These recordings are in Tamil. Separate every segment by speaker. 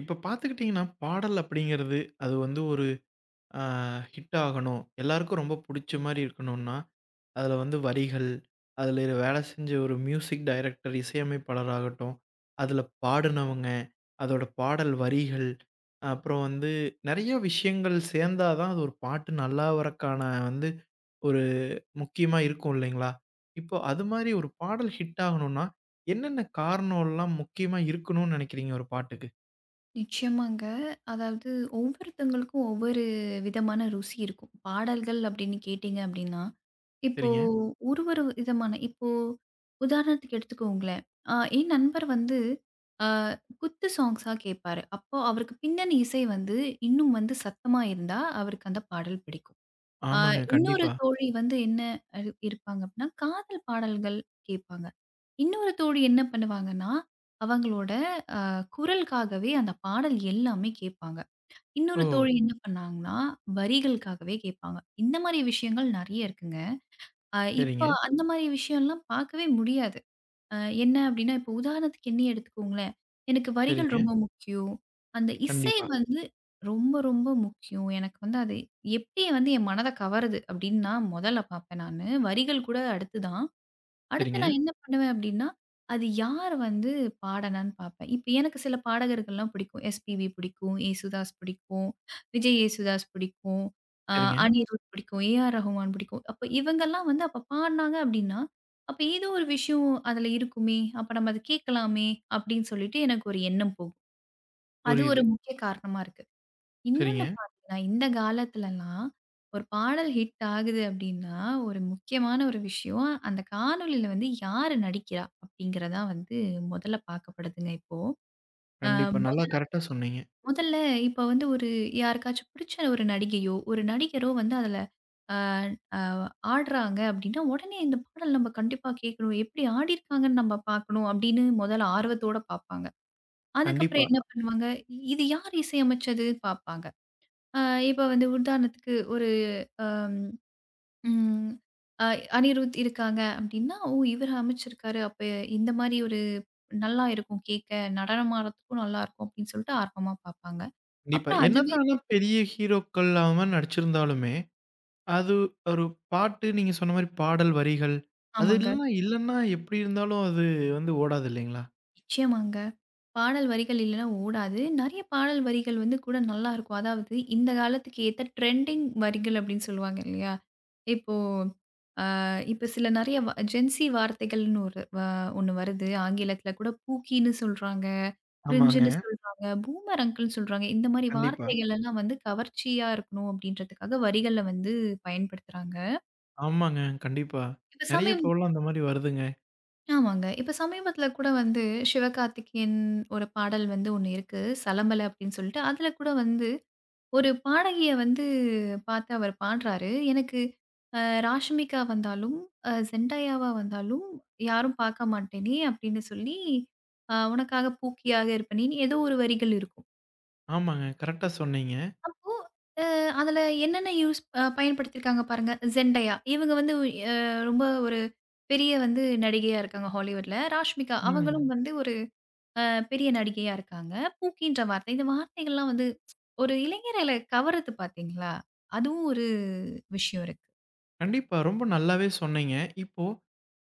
Speaker 1: இப்ப பார்த்துக்கிட்டீங்கன்னா, பாடல் அப்படிங்கிறது, அது வந்து ஒரு அ ஹிட் ஆகணும். எல்லாருக்கும் ரொம்ப புடிச்ச மாரி இருக்கணும்னா, அதுல வந்து வரிகள், அதுல வேலை செஞ்ச ஒரு மியூசிக் டைரக்டர், இசையமைப்பாளராகட்டும், அதுல பாடுனவங்க, அதோட பாடல் வரிகள், அப்புறம் வந்து நெறைய விஷயங்கள் சேர்ந்தா தான் அது ஒரு பாட்டு நல்லா வரக்கான வந்து ஒரு முக்கியமா இருக்கும் இல்லைங்களா? இப்போ அது மாரி ஒரு பாடல் ஹிட் ஆகணும்னா, என்னென்ன காரணம்லாம் முக்கியமா இருக்கணும்னு நெனைக்கிறீங்க ஒரு பாட்டுக்கு?
Speaker 2: நிச்சயமாங்க. அதாவது ஒவ்வொருத்தவங்களுக்கும் ஒவ்வொரு விதமான ருசி இருக்கும். பாடல்கள் அப்படின்னு கேட்டீங்க அப்படின்னா, இப்போ
Speaker 1: சரிங்க.
Speaker 2: ஒரு ஒரு விதமான இப்போ உதாரணத்துக்கு எடுத்துக்கோங்களேன். என் நண்பர் வந்து அ குத்து சாங்ஸா கேட்பாரு. அப்போ அவருக்கு பின்னணி இசை வந்து இன்னும் வந்து சத்தமா இருந்தா அவருக்கு அந்த பாடல் பிடிக்கும். அ
Speaker 1: ஆமாங்க.
Speaker 2: இன்னொரு
Speaker 1: கண்டிப்பா.
Speaker 2: தோழி வந்து என்ன இருப்பாங்க அப்படின்னா, காதல் பாடல்கள் கேட்பாங்க. இன்னொரு தோழி என்ன பண்ணுவாங்கன்னா, அவங்களோட குரலுக்காகவே அந்த பாடல் எல்லாமே கேட்பாங்க.
Speaker 1: ஓ!
Speaker 2: இன்னொரு தோழி என்ன பண்ணாங்கன்னா, வரிகளுக்காகவே கேட்பாங்க. இந்த மாரி விஷயங்கள் நெறைய இருக்குங்க.
Speaker 1: சரிங்க,
Speaker 2: இப்போ அந்த மாரி விஷயம்லாம் பார்க்கவே முடியாது. அ என்ன அப்டின்னா, இப்போ உதாரணத்துக்கு என்னையே எடுத்துக்கோங்களேன். எனக்கு வரிகள்
Speaker 1: சரிங்க.
Speaker 2: ரொம்ப முக்கியம். அந்த இசை
Speaker 1: கண்டிப்பா.
Speaker 2: வந்து ரொம்ப ரொம்ப முக்கியம். எனக்கு வந்து அது எப்டி வந்து என் மனத கவருது அப்டின்னு நான் மொதல்ல பார்ப்பேன் நானு. வரிகள் கூட அடுத்து தான். அடுத்து
Speaker 1: சரிங்க,
Speaker 2: நான் என்ன பண்ணுவேன் அப்படின்னா, அது யார் வந்து பாடுனான்னு பார்ப்பேன். இப்ப எனக்கு சில பாடகர்கள்லாம் பிடிக்கும். எஸ்பிபி பிடிக்கும், ஏசுதாஸ் பிடிக்கும், விஜய் ஏசுதாஸ் பிடிக்கும், அ
Speaker 1: சரிங்க.
Speaker 2: அனிருத் பிடிக்கும், ஏஆர் ரஹ்மான் பிடிக்கும். அப்ப இவங்கலாம் வந்து அப்ப பாடுனாங்க அப்படின்னா, அப்ப ஏதோ ஒரு விஷயம் அதுல இருக்குமே! அப்ப நம்ம அத கேட்கலாமே! அப்படின்னு சொல்லிட்டு எனக்கு ஒரு எண்ணம் போகும். அது
Speaker 1: புரியுது.
Speaker 2: ஒரு முக்கிய காரணமா இருக்கு. இன்னொன்னு
Speaker 1: சரிங்க.
Speaker 2: பார்த்தீங்கன்னா, இந்த காலத்துலலாம் ஒரு பாடல் ஹிட் ஆகுது அப்டின்னா, ஒரு முக்கியமான ஒரு விஷயம், அந்த காணொளில வந்து யாரு நடிக்கிறா? அப்டிங்கிறது தான் வந்து முதல்ல பார்க்கப்படுதுங்க இப்போ. அ
Speaker 1: கண்டிப்பா.
Speaker 2: மொத
Speaker 1: நல்லா கரெக்ட்டா சொன்னீங்க.
Speaker 2: முதல்ல இப்ப வந்து ஒரு யாருக்காச்சும் பிடிச்ச ஒரு நடிகையோ, ஒரு நடிகரோ வந்து அதுல அ அ ஆடுறாங்க அப்டின்னா, உடனே இந்த பாடல் நம்ம கண்டிப்பா கேட்கணும். எப்டி ஆடியிருக்காங்கன்னு நம்ம பார்க்கணும் அப்டின்னு முதல்ல ஆர்வத்தோட பார்ப்பாங்க. அதுக்கப்புறம்
Speaker 1: கண்டிப்பா,
Speaker 2: என்ன பண்ணுவாங்க, இது யார் இசையமைச்சது? பார்ப்பாங்க. அ இப்ப வந்து உதாரணத்துக்கு ஒரு அம், ம் அ அனிருத் இருக்காங்க அப்டின்னா, ஓ! இவரு அமைச்சிருக்காரு. அப்ப இந்த மாரி ஒரு நல்லா இருக்கும் கேட்க, நடனம் ஆடுறதுக்கும் நல்லாருக்கும் அப்டின்னு சொல்லிட்டு ஆர்வமா பார்ப்பாங்க.
Speaker 1: கண்டிப்பா.
Speaker 2: அப்புறம் அதுவே
Speaker 1: என்னதான் ஆனா பெரிய ஹீரோக்கள் அவங்க நடிச்சிருந்தாலுமே, அது ஒரு பாட்டு நீங்க சொன்ன மாரி பாடல் வரிகள், அது
Speaker 2: ஆமாங்க.
Speaker 1: இல்லனா இல்லன்னா எப்படி இருந்தாலும் அது வந்து ஓடாது இல்லைங்களா?
Speaker 2: நிச்சயமாங்க. பாடல் வரிகள் இல்லன்னா ஓடாது. நெறைய பாடல் வரிகள் வந்து கூட நல்லாருக்கும். அதாவது இந்த காலத்துக்கு ஏத்த ட்ரெண்டிங் வரிகள் அப்டின்னு சொல்லுவாங்க இல்லையா? இப்போ இப்ப சில நெறைய ஜென்சி வார்த்தைகள்னு ஒரு ஒண்ணு வருது. ஆங்கிலத்தில கூட பூக்கின்னு சொல்றாங்க,
Speaker 1: ஆமாங்க.
Speaker 2: கிரிஞ்சுன்னு சொல்றாங்க, பூமர் அங்கிள்ன்னு சொல்றாங்க. இந்த மாரி
Speaker 1: கண்டிப்பா.
Speaker 2: வார்த்தைகள் எல்லாம் வந்து கவர்ச்சியா இருக்கணும் அப்படின்றதுக்காக வரிகள்ல வந்து பயன்படுத்துறாங்க.
Speaker 1: ஆமாங்க. கண்டிப்பா.
Speaker 2: இப்ப
Speaker 1: நெறைய
Speaker 2: சமீப
Speaker 1: இப்போலாம் அந்த மாரி வருதுங்க.
Speaker 2: ஆமாங்க. இப்ப சமீபத்தில கூட வந்து சிவகார்த்திகேயன் ஒரு பாடல் வந்து ஒண்ணு இருக்கு. "சலம்பல" அப்படின்னு சொல்லிட்டு. அதில கூட வந்து ஒரு பாடகிய வந்து பாத்து அவர் பாடுறாரு. எனக்கு ராஷ்மிகா வந்தாலும், செண்டாயாவா வந்தாலும் யாரும் பாக்க மாட்டேனே! அப்படின்னு சொல்லி, உனக்காக பூக்கியாக இருப்பேனேன்னு ஏதோ ஒரு வரிகள் இருக்கும்.
Speaker 1: ஆமாங்க. கரெக்ட்டா சொன்னீங்க.
Speaker 2: அப்போ அ அதுல என்னென்ன யூஸ் பயன்படுத்தியிருக்காங்க பாருங்க. செண்டயா இவங்க வந்து அ ரொம்ப ஒரு பெரிய வந்து நடிகையா இருக்காங்க ஹாலிவுட்ல. ராஷ்மிகா அவங்களும்
Speaker 1: ம்.
Speaker 2: வந்து ஒரு அ பெரிய நடிகையா இருக்காங்க. பூக்கின்ற வார்த்தை இந்த வார்த்தைகள்லாம் வந்து ஒரு இளைஞர்கள கவருது பார்த்தீங்களா? அதுவும் ஒரு விஷயம் இருக்கு.
Speaker 1: கண்டிப்பா. ரொம்ப நல்லாவே சொன்னீங்க. இப்போ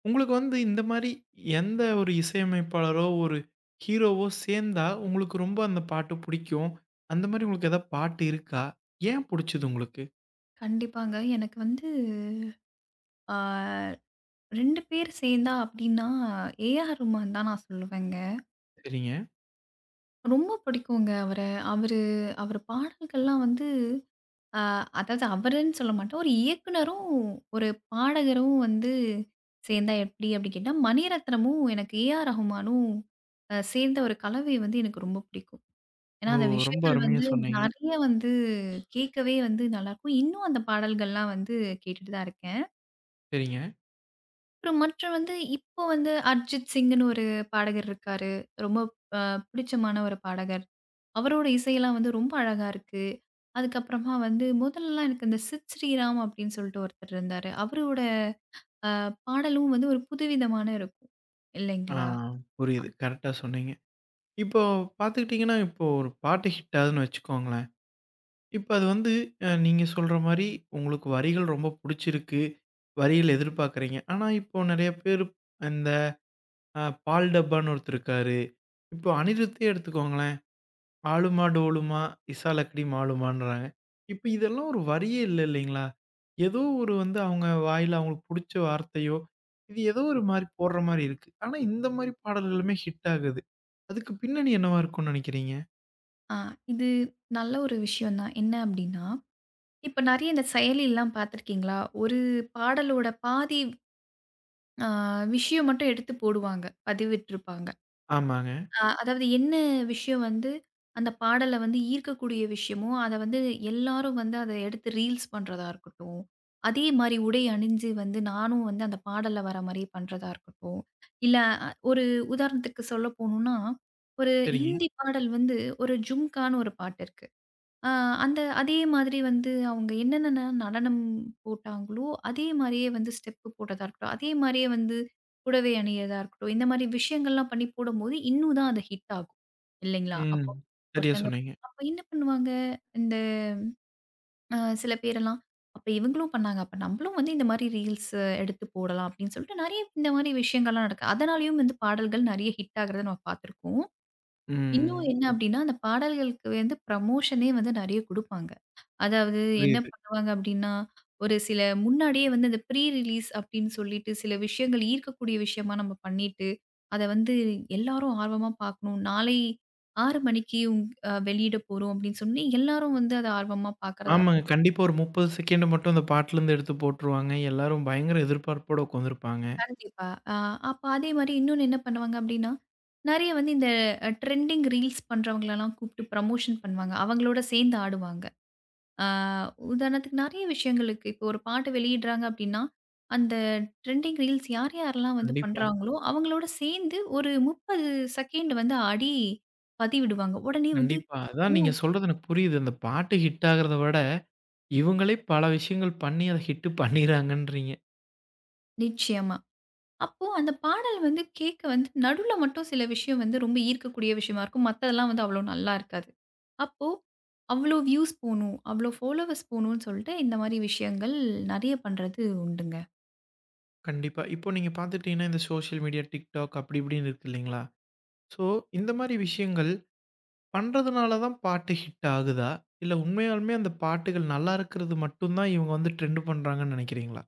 Speaker 1: உங்களுக்கு வந்து இந்த மாரி எந்த ஒரு இசையமைப்பாளரோ, ஒரு ஹீரோவோ சேர்ந்தா, உங்களுக்கு ரொம்ப அந்த பாட்டு புடிக்கும். அந்த மாரி உங்களுக்கு ஏதாவது பாட்டு இருக்கா? ஏன் புடிச்சது உங்களுக்கு?
Speaker 2: கண்டிப்பாங்க. எனக்கு வந்து ஆ 2 பேர் சேர்ந்தா அப்டின்னா, ஏ.ஆர். ரஹ்மான் தான் நான் சொல்லுவேங்க.
Speaker 1: சரிங்க.
Speaker 2: ரொம்ப பிடிக்குங்க அவர. அவரு அவரு பாடல்கள்லாம் வந்து ஆ அதாவது அவருன்னு சொல்ல மாட்டோம். ஒரு இயக்குனரும், ஒரு பாடகரும் வந்து சேர்ந்தா எப்படி அப்படி கேட்டா, மணிரத்னமும், எனக்கு ஏ.ஆர். ரஹ்மானும் சேர்ந்த ஒரு கலவை வந்து எனக்கு ரொம்ப பிடிக்கும். ஏன்னா,
Speaker 1: ஓ!
Speaker 2: அந்த
Speaker 1: ரொம்ப
Speaker 2: விஷயங்கள்
Speaker 1: அருமையா
Speaker 2: வந்து
Speaker 1: சொன்னீங்க.
Speaker 2: நெறைய வந்து கேட்கவே வந்து நல்லாருக்கும். இன்னும் அந்த பாடல்கள்லாம் வந்து கேட்டுட்டு தான் இருக்கேன்.
Speaker 1: சரிங்க.
Speaker 2: அப்புறம் மற்ற வந்து இப்போ வந்து அர்ஜித் சிங்குன்னு ஒரு பாடகர் இருக்காரு. ரொம்ப அ பிடிச்சமான ஒரு பாடகர். அவரோட இசையெல்லாம் வந்து ரொம்ப அழகா இருக்கு. அதுக்கப்புறமா வந்து முதல்லலாம் எனக்கு இந்த சித் ஸ்ரீராம் அப்படின்னு சொல்லிட்டு ஒருத்தர் இருந்தாரு. அவரோட பாடலும் வந்து ஒரு புதுவிதமான இருக்கும்.
Speaker 1: ஆ
Speaker 2: இல்லைங்களா?
Speaker 1: புரியுது. கரெக்ட்டா சொன்னீங்க. இப்போ பார்த்துக்கிட்டீங்கன்னா, இப்போ ஒரு பாட்டு ஹிட் ஆகுதுன்னு வச்சுக்கோங்களேன். இப்ப அது வந்து நீங்க சொல்ற மாரி உங்களுக்கு வரிகள் ரொம்ப புடிச்சிருக்கு. வரிகள் எதிர்பார்க்குறீங்க. ஆனா, இப்போ நெறைய பேரு இந்த அ பால் டப்பான்னு ஒருத்தர் இருக்காரு. இப்போ அனிருத்தே எடுத்துக்கோங்களேன். ஆலுமா டோலுமா, இசா லக்கடி மாலுமான்றாங்க. இப்ப இதெல்லாம் ஒரு வரியே இல்ல இல்லைங்களா? ஏதோ ஒரு வந்து அவங்க வாயில அவங்களுக்கு புடிச்ச வார்த்தையோ, இது ஏதோ ஒரு மாரி போடுற மாரி இருக்கு. ஆனா இந்த மாரி பாடல்களுமே ஹிட் ஆகுது. அதுக்கு பின்னணி என்னவா இருக்கும்னு நெனைக்கிறீங்க?
Speaker 2: ஆ இது நல்ல ஒரு விஷயம் தான். என்ன அப்படின்னா, இப்ப நெறைய இந்த செயலில்லாம் பார்த்துருக்கீங்களா? ஒரு பாடலோட பாதி அ விஷயம் மட்டும் எடுத்து போடுவாங்க. பதிவிட்டிருப்பாங்க.
Speaker 1: ஆமாங்க.
Speaker 2: அதாவது என்ன விஷயம் வந்து, அந்த பாடல வந்து ஈர்க்கக்கூடிய விஷயமோ, அத வந்து எல்லாரும் வந்து அத எடுத்து ரீல்ஸ் பண்றதா இருக்கட்டும். அதே மாரி உடை அணிஞ்சு வந்து நானும் வந்து அந்த பாடல்ல வர மாரி பண்றதா இருக்கட்டும். இல்ல ஒரு உதாரணத்துக்கு சொல்ல போணும்னா, ஒரு
Speaker 1: சரிங்க.
Speaker 2: ஹிந்தி பாடல் வந்து ஒரு ஜும்கான்னு ஒரு பாட்டு இருக்கு. ஆ, அந்த அதே மாதிரி வந்து அவங்க என்னென்ன நடனம் போட்டாங்களோ, அதே மாரியே வந்து ஸ்டெப்பு போட்டதா இருக்கட்டும், அதே மாரியே வந்து புடவை அணியிறதா இருக்கட்டும், இந்த மாரி விஷயங்கள்லாம் பண்ணி போடும்போது, இன்னும் தான் அது ஹிட் ஆகும். இல்லைங்களா?
Speaker 1: ம்.
Speaker 2: அப்போ
Speaker 1: சரியா
Speaker 2: ஒருத்தங்க
Speaker 1: சொன்னீங்க.
Speaker 2: அப்ப என்ன பண்ணுவாங்க, இந்த சில பேரெல்லாம், "அப்ப இவங்களும் பண்ணாங்க. அப்ப நம்மளும் வந்து இந்த மாரி ரீல்ஸ் எடுத்து போடலாம்." அப்படின்னு சொல்லிட்டு நெறைய இந்த மாரி விஷயங்கள்லாம் நடக்கு. அதனாலேயும் வந்து பாடல்கள் நெறைய ஹிட் ஆகுறத நம்ம பார்த்துருக்கோம். இன்னும்
Speaker 1: ம்.
Speaker 2: என்ன அப்டின்னா, அந்த பாடல்களுக்கு வந்து ப்ரமோஷனே வந்து நெறைய குடுப்பாங்க. அதாவது என்ன
Speaker 1: புரியுது.
Speaker 2: பண்ணுவாங்க அப்டின்னா, ஒரு சில முன்னாடியே வந்து அந்த ப்ரீ ரிலீஸ் அப்டின்னு சொல்லிட்டு சில விஷயங்கள் ஈர்க்கக்கூடிய விஷயமா நம்ம பண்ணிட்டு, அத வந்து எல்லாரும் ஆர்வமா பார்க்கணும். நாளை 6 மணிக்கு உங் அ வெளியிட போறோம் அப்டின்னு சொல்லி எல்லாரும் வந்து அத ஆர்வமா பார்க்கறதா
Speaker 1: ஆமாங்க.
Speaker 2: இருக்கட்டும்.
Speaker 1: கண்டிப்பா ஒரு 30 செகண்ட் மட்டும் அந்த பாட்டுலருந்து எடுத்து போட்டுருவாங்க. எல்லாரும் பயங்கர எதிர்பார்ப்போட உட்காந்துருப்பாங்க.
Speaker 2: கண்டிப்பா. அ அப்ப அதே மாரி இன்னொன்னு என்ன பண்ணுவாங்க அப்டின்னா, நெறைய வந்து இந்த ட்ரெண்டிங் ரீல்ஸ் பண்றவங்களலாம் கூப்ட்டு ப்ரமோஷன் பண்ணுவாங்க. அவங்களோட சேர்ந்து ஆடுவாங்க. ஆ, உதாரணத்துக்கு நெறைய விஷயங்களுக்கு இப்போ ஒரு பாட்டு வெளியிடுறாங்க அப்டின்னா, அந்த ட்ரெண்டிங் ரீல்ஸ் யார் யாரெல்லாம் வந்து
Speaker 1: கண்டிப்பா,
Speaker 2: பண்றாங்களோ, அவங்களோட சேர்ந்து ஒரு 30 செகண்ட் வந்து ஆடி பதிவிடுவாங்க. உடனே வந்து
Speaker 1: கண்டிப்பா. அதான்
Speaker 2: ஓ!
Speaker 1: நீங்க சொல்றது எனக்கு புரியுது. அந்த பாட்டு ஹிட் ஆகுறத விட, இவங்களே பல விஷயங்கள் பண்ணி அத ஹிட் பண்ணிறாங்கன்றீங்க.
Speaker 2: நிச்சயமா. அப்போ அந்த பாடல் வந்து கேட்க வந்து நடுவுல மட்டும் சில விஷயம் வந்து ரொம்ப ஈர்க்கக்கூடிய விஷயமா இருக்கும். மத்ததெல்லாம் வந்து அவ்ளோ நல்லா இருக்காது. அப்போ அவ்ளோ வியூஸ் போணும், அவ்ளோ ஃபாலோவர்ஸ் போணும்னு சொல்லிட்டு இந்த மாரி விஷயங்கள் நெறைய பண்றது உண்டுங்க.
Speaker 1: கண்டிப்பா. இப்போ நீங்க பார்த்துட்டீங்கன்னா, இந்த சோஷியல் மீடியா TikTok அப்படி இப்படின்னு இருக்கு இல்லைங்களா? ஸோ இந்த மாரி விஷயங்கள் பண்றதுனால தான் பாட்டு ஹிட் ஆகுதா? இல்ல உண்மையாலுமே அந்த பாட்டுகள் நல்லா இருக்கிறது மட்டும் தான் இவங்க வந்து ட்ரெண்ட் பண்றாங்கன்னு நினைக்கிறீங்களா?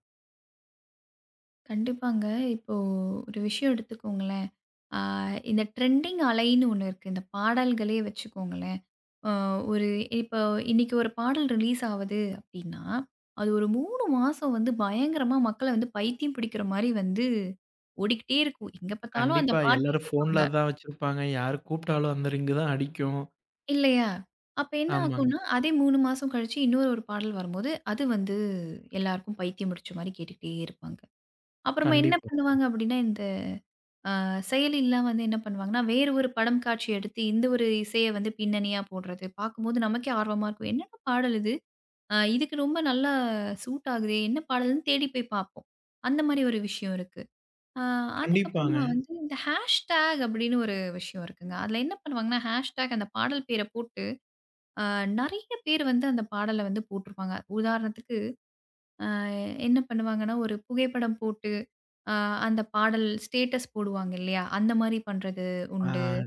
Speaker 2: கண்டிப்பாங்க. இப்போ ஒரு விஷயம் எடுத்துக்கோங்களேன். ஆ இந்த ட்ரெண்டிங் அலைன்னு ஒண்ணு இருக்கு. இந்த பாடல்களே வச்சுக்கோங்களேன். அ ஒரு இப்போ இன்னைக்கு ஒரு பாடல் ரிலீஸ் ஆவுது அப்டின்னா, அது ஒரு 3 மாசம் வந்து பயங்கரமா மக்கள வந்து பைத்தியம் பிடிக்கிற மாரி வந்து ஓடிக்கிட்டே இருக்கும். எங்க பார்த்தாலும் அந்த
Speaker 1: கண்டிப்பா.
Speaker 2: பாட்டே
Speaker 1: எல்லாரும் ஃபோன்ல
Speaker 2: கேட்பாங்க.
Speaker 1: அதான் வச்சிருப்பாங்க. யாரு கூப்பிட்டாலும் அந்த ரிங்கு தான் அடிக்கும்.
Speaker 2: இல்லையா? அப்ப என்ன
Speaker 1: ஆமாங்க.
Speaker 2: ஆகும்னா, அதே 3 மாசம் கழிச்சு இன்னொரு ஒரு பாடல் வரும்போது, அது வந்து எல்லாருக்கும் பைத்தியம் பிடிச்ச மாரி கேட்டுக்கிட்டே இருப்பாங்க. அப்புறமா என்ன
Speaker 1: கண்டிப்பா.
Speaker 2: பண்ணுவாங்க அப்டின்னா, இந்த செயலில்லாம் வந்து என்ன பண்ணுவாங்கன்னா, வேறு ஒரு படம் காட்சி எடுத்து, இந்த ஒரு இசைய வந்து பின்னணியா போடுறது. பார்க்கும்போது நமக்கே ஆர்வமா இருக்கும். என்னடா பாடல் இது? இதுக்கு ரொம்ப நல்லா சூட் ஆகுதே! என்ன பாடல்ன்னு தேடி போய் பார்ப்போம். அந்த மாரி ஒரு விஷயம் இருக்கு. அ அதுக்கப்புறமா
Speaker 1: கண்டிப்பாங்க.
Speaker 2: வந்து இந்த ஹேஷ்டேக் அப்படின்னு ஒரு விஷயம் இருக்குங்க. அதில என்ன பண்ணுவாங்கன்னா, ஹேஷ்டேக் அந்த பாடல் பேர போட்டு, அ நெறைய பேர் வந்து அந்த பாடல வந்து போட்டுருப்பாங்க. உதாரணத்துக்கு என்ன பண்ணுவாங்கன்னா, ஒரு புகைப்படம் போட்டு, அ அந்த பாடல் ஸ்டேட்டஸ் போடுவாங்க இல்லையா? அந்த மாரி பண்றது உண்டு.
Speaker 1: ஆ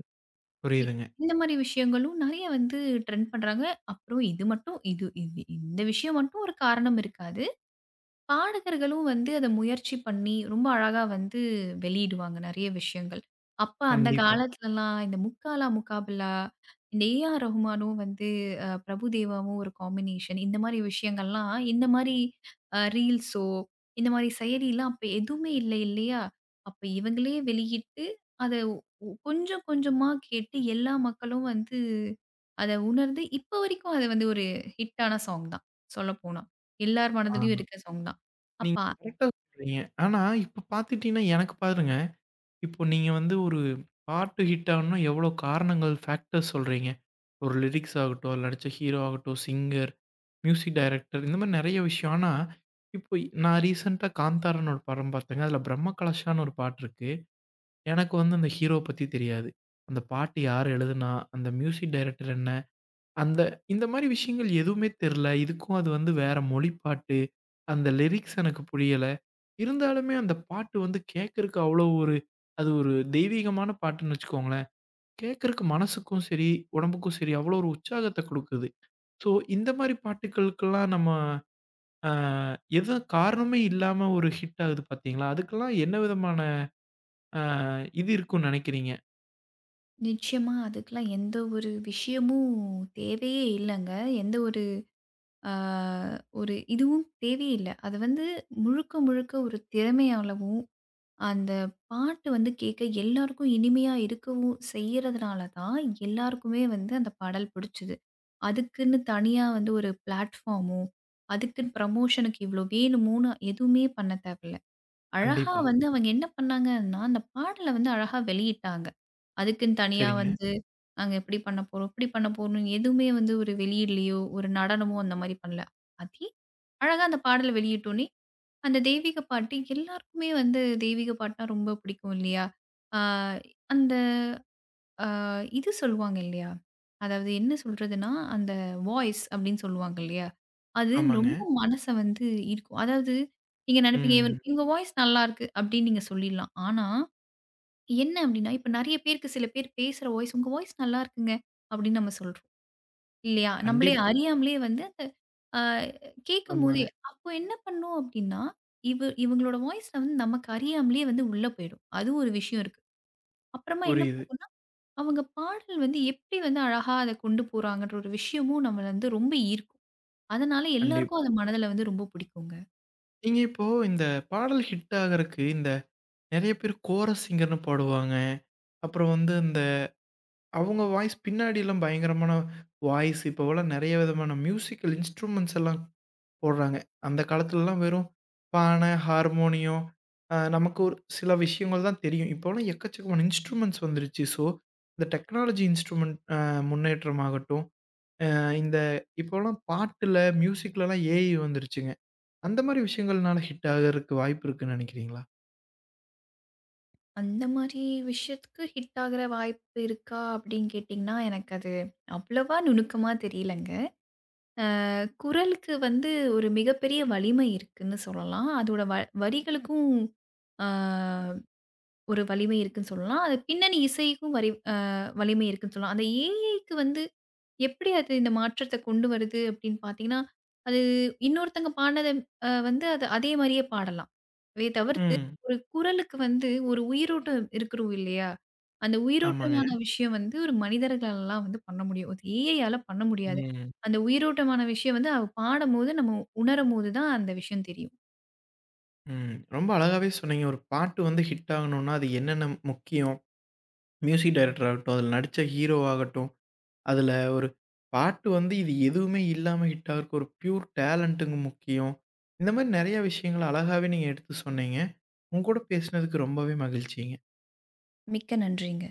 Speaker 2: இ
Speaker 1: புரியுதுங்க.
Speaker 2: இந்த மாரி விஷயங்களும் நெறைய வந்து ட்ரெண்ட் பண்றாங்க. அப்புறம் இது மட்டும் இது இது இந்த விஷயம் மட்டும் ஒரு காரணம் இருக்காது. பாடகர்களும் வந்து அத முயற்சி பண்ணி, ரொம்ப அழகா வந்து வெளியிடுவாங்க நெறைய விஷயங்கள். அப்ப அந்த
Speaker 1: கண்டிப்பா.
Speaker 2: காலத்துலலாம் இந்த முக்காலா முக்காபிலா, இந்த ஏ.ஆர். ரஹ்மானும் வந்து பிரபுதேவாவும் ஒரு காம்பினேஷன் இந்த மாரி விஷயங்கள்லாம், இந்த மாரி ரீல்ஸோ, இந்த மாரி செயலிலாம் அப்ப எதுவுமே இல்லை இல்லையா? அப்ப இவங்களே வெளியிட்டு, அத கொஞ்சம் கொஞ்சமா கேட்டு எல்லா மக்களும் வந்து அத உணர்ந்து, இப்ப வரைக்கும் அது வந்து ஒரு ஹிட்டான சாங் தான் சொல்லப்போனா. எல்லார்
Speaker 1: ஆ.
Speaker 2: மனதிலயும் இருக்க சாங் தான்.
Speaker 1: நீங்க
Speaker 2: அப்பா
Speaker 1: கரெக்ட்டா சொல்றீங்க. ஆனா இப்ப பார்த்துட்டீங்கன்னா எனக்கு பாருங்க இப்போ நீங்க வந்து ஒரு பாட்டு ஹிட் ஆகணும்னா எவ்வளோ காரணங்கள், ஃபேக்டர்ஸ் சொல்றீங்க. ஒரு லிரிக்ஸ் ஆகட்டும், அதுல நடிச்ச ஹீரோ ஆகட்டும், சிங்கர், மியூசிக் டைரக்டர் இந்த மாரி நெறைய விஷயம். ஆனா, இப்போ நான் ரீசென்ட்டா காந்தாரன்னு ஒரு படம் பார்த்தேங்க. அதுல பிரம்ம கலஷான்னு ஒரு பாட்டு இருக்கு. எனக்கு வந்து அந்த ஹீரோ பத்தி தெரியாது. அந்த பாட்டு யார் எழுதுனா, அந்த மியூசிக் டைரக்டர் என்ன? அந்த இந்த மாரி விஷயங்கள் எதுவுமே தெர்ல. இதுக்கும் அது வந்து வேற மொழி பாட்டு. அந்த லிரிக்ஸ் எனக்கு புரியல. இருந்தாலுமே அந்த பாட்டு வந்து கேட்கறக்கு அவ்வளோ ஒரு அது ஒரு தெய்வீகமான பாட்டுன்னு வச்சுக்கோங்களேன். கேட்கறக்கு மனசுக்கும் சரி, உடம்புக்கும் சரி அவ்வளோ ஒரு உற்சாகத்த குடுக்குது. ஸோ இந்த மாரி பாட்டுக்களுக்கெல்லாம் நம்ம அ எது காரணமே இல்லாம ஒரு ஹிட் ஆகுது பார்த்தீங்களா? அதுக்கெல்லாம் என்ன விதமான அ இது இருக்கும்னு நெனைக்கிறீங்க?
Speaker 2: நிச்சயமா அதுக்கெல்லாம் எந்த ஒரு விஷயமும் தேவையே இல்லங்க. எந்த ஒரு ஆ ஒரு இதுவும் தேவையே இல்ல. அது வந்து முழுக்க, முழுக்க ஒரு திறமையாலவும், அந்த பாட்டு வந்து கேட்க எல்லாருக்கும் இனிமையா இருக்கவும் செய்யறதுனால தான் எல்லாருக்குமே வந்து அந்த பாடல் புடிச்சது. அதுக்குன்னு தனியா வந்து ஒரு பிளாட்ஃபார்மோ, அதுக்குன்னு ப்ரமோஷனுக்கு இவ்ளோ வேணுமோன்னு எதுவுமே பண்ண தேவையில்ல. அழகா
Speaker 1: கண்டிப்பா.
Speaker 2: வந்து அவங்க என்ன பண்ணாங்கன்னா, அந்த பாடல வந்து அழகா வெளியிட்டாங்க. அதுக்குன்னு தனியா
Speaker 1: சரிங்க.
Speaker 2: வந்து, நாங்க இப்படி பண்ண போறோம், இப்படி பண்ண போறோம்ன்னு எதுவுமே வந்து ஒரு வெளியீடலயோ, ஒரு நடனமோ அந்த மாரி பண்ணல. அதே அழகா அந்த பாடல வெளியிட்டோனே, அந்த தெய்வீக பாட்டு எல்லாருக்குமே வந்து தெய்வீக பாட்டுனா ரொம்ப பிடிக்கும் இல்லையா? ஆ அந்த இது சொல்லுவாங்க இல்லையா? அதாவது என்ன சொல்றதுன்னா, அந்த வாய்ஸ் அப்படின்னு சொல்லுவாங்க இல்லையா? அது
Speaker 1: ஆமாங்க.
Speaker 2: ரொம்ப மனச வந்து ஈர்க்கும். அதாவது நீங்க நெனைப்பீங்க, இவர்
Speaker 1: ம்.
Speaker 2: இவங்க வாய்ஸ் நல்லாருக்கு அப்படின்னு நீங்க சொல்லிடலாம். ஆனா, என்ன அப்படின்னா, இப்ப நெறைய பேருக்கு சில பேர் பேசுற வாய்ஸ், "உங்க வாய்ஸ் நல்லாருக்குங்க" அப்படின்னு நம்ம சொல்றோம். இல்லையா? நம்மளே
Speaker 1: கண்டிப்பா.
Speaker 2: அறியாமலே வந்து அந்த அ கேட்கும்போதே
Speaker 1: ஆமாங்க.
Speaker 2: அப்போ என்ன பண்ணும் அப்படின்னா, இவங்களோட வாய்ஸ்ல வந்து நமக்கு அறியாமலே வந்து உள்ள போயிடும். அது ஒரு விஷயம் இருக்கு. அப்புறமா என்ன
Speaker 1: புரியுது.
Speaker 2: அவங்க பாடல் வந்து எப்படி வந்து அழகா அத கொண்டு போறாங்கன்ற ஒரு விஷயமும் நம்மள வந்து ரொம்ப ஈர்க்கும். அதனால எல்லாருக்கும்
Speaker 1: கண்டிப்பா.
Speaker 2: அது மனதில வந்து ரொம்ப பிடிக்குங்க.
Speaker 1: நீங்க இப்போ இந்த பாடல் ஹிட் ஆகறக்கு, இந்த நெறைய பேர் கோரஸ் சிங்கர்ன்னு பாடுவாங்க. அப்புறம் வந்து இந்த அவங்க வாய்ஸ் பின்னாடிலாம் பயங்கரமான வாய்ஸ் இப்போவெல்லாம் நெறைய விதமான மியூசிக்கல் இன்ஸ்ட்ருமெண்ட்ஸ் எல்லாம் போடுறாங்க. அந்த காலத்துலலாம் வெறும் பானை, ஹார்மோனியம் நமக்கு ஒரு சில விஷயங்கள் தான் தெரியும். இப்போலாம் எக்கச்சக்கமான இன்ஸ்ட்ருமெண்ட்ஸ் வந்துருச்சு. ஸோ, இந்த டெக்னாலஜி இன்ஸ்ட்ருமெண்ட் முன்னேற்றமாகட்டும், இந்த இப்போலாம் பாட்டுல, மியூசிக்லலாம் ஏஐ வந்துருச்சுங்க. அந்த மாரி விஷயங்கள்னால ஹிட் ஆகறக்கு வாய்ப்பு இருக்குன்னு நெனைக்கிறீங்களா?
Speaker 2: அந்த மாரி விஷயத்துக்கு ஹிட் ஆகுற வாய்ப்பு இருக்கா அப்படின்னு கேட்டிங்கன்னா, எனக்கு அது அவ்வளவா நுணுக்கமா தெரியலங்க. அ குரலுக்கு வந்து ஒரு மிகப்பெரிய வலிமை இருக்குன்னு சொல்லலாம். அதோட வரிகளுக்கும் ஆ ஒரு வலிமை இருக்குன்னு சொல்லலாம். அது பின்னணி இசைக்கும் வரி அ வலிமை இருக்குன்னு சொல்லலாம். அந்த ஏஐக்கு வந்து எப்படி அது இந்த மாற்றத்த கொண்டு வருது அப்படின்னு பார்த்தீங்கன்னா, அது இன்னொருத்தங்க பாடுனத வந்து அது அதே மாரியே பாடலாம். இதை தவிர்த்து
Speaker 1: ம்.
Speaker 2: ஒரு குரலுக்கு வந்து ஒரு உயிரோட்டம் இருக்கிறோம் இல்லையா? அந்த
Speaker 1: ஆமாங்க.
Speaker 2: உயிரோட்டமான விஷயம் வந்து ஒரு மனிதர்களாலலாம் வந்து பண்ண முடியும். அது ஏஐயால பண்ண முடியாது.
Speaker 1: ம்.
Speaker 2: அந்த உயிரோட்டமான விஷயம் வந்து அவ பாடும்போது, நம்ம உணரும்போது தான் அந்த விஷயம் தெரியும்.
Speaker 1: ம். ரொம்ப அழகாவே சொன்னீங்க. ஒரு பாட்டு வந்து ஹிட் ஆகணும்னா, அது என்னென்ன முக்கியம்? மியூசிக் டைரக்டர் ஆகட்டும், அதில நடிச்ச ஹீரோ ஆகட்டும், அதில ஒரு பாட்டு வந்து இது எதுவுமே இல்லாம ஹிட் ஆகுறக்கு ஒரு பியூர் டேலண்ட்டுங்க முக்கியம். இந்த மாரி நெறைய விஷயங்கள அழகாவே நீங்க எடுத்து சொன்னீங்க. உங்க கூட பேசினதுக்கு ரொம்பவே மகிழ்ச்சிங்க.
Speaker 2: மிக்க நன்றிங்க.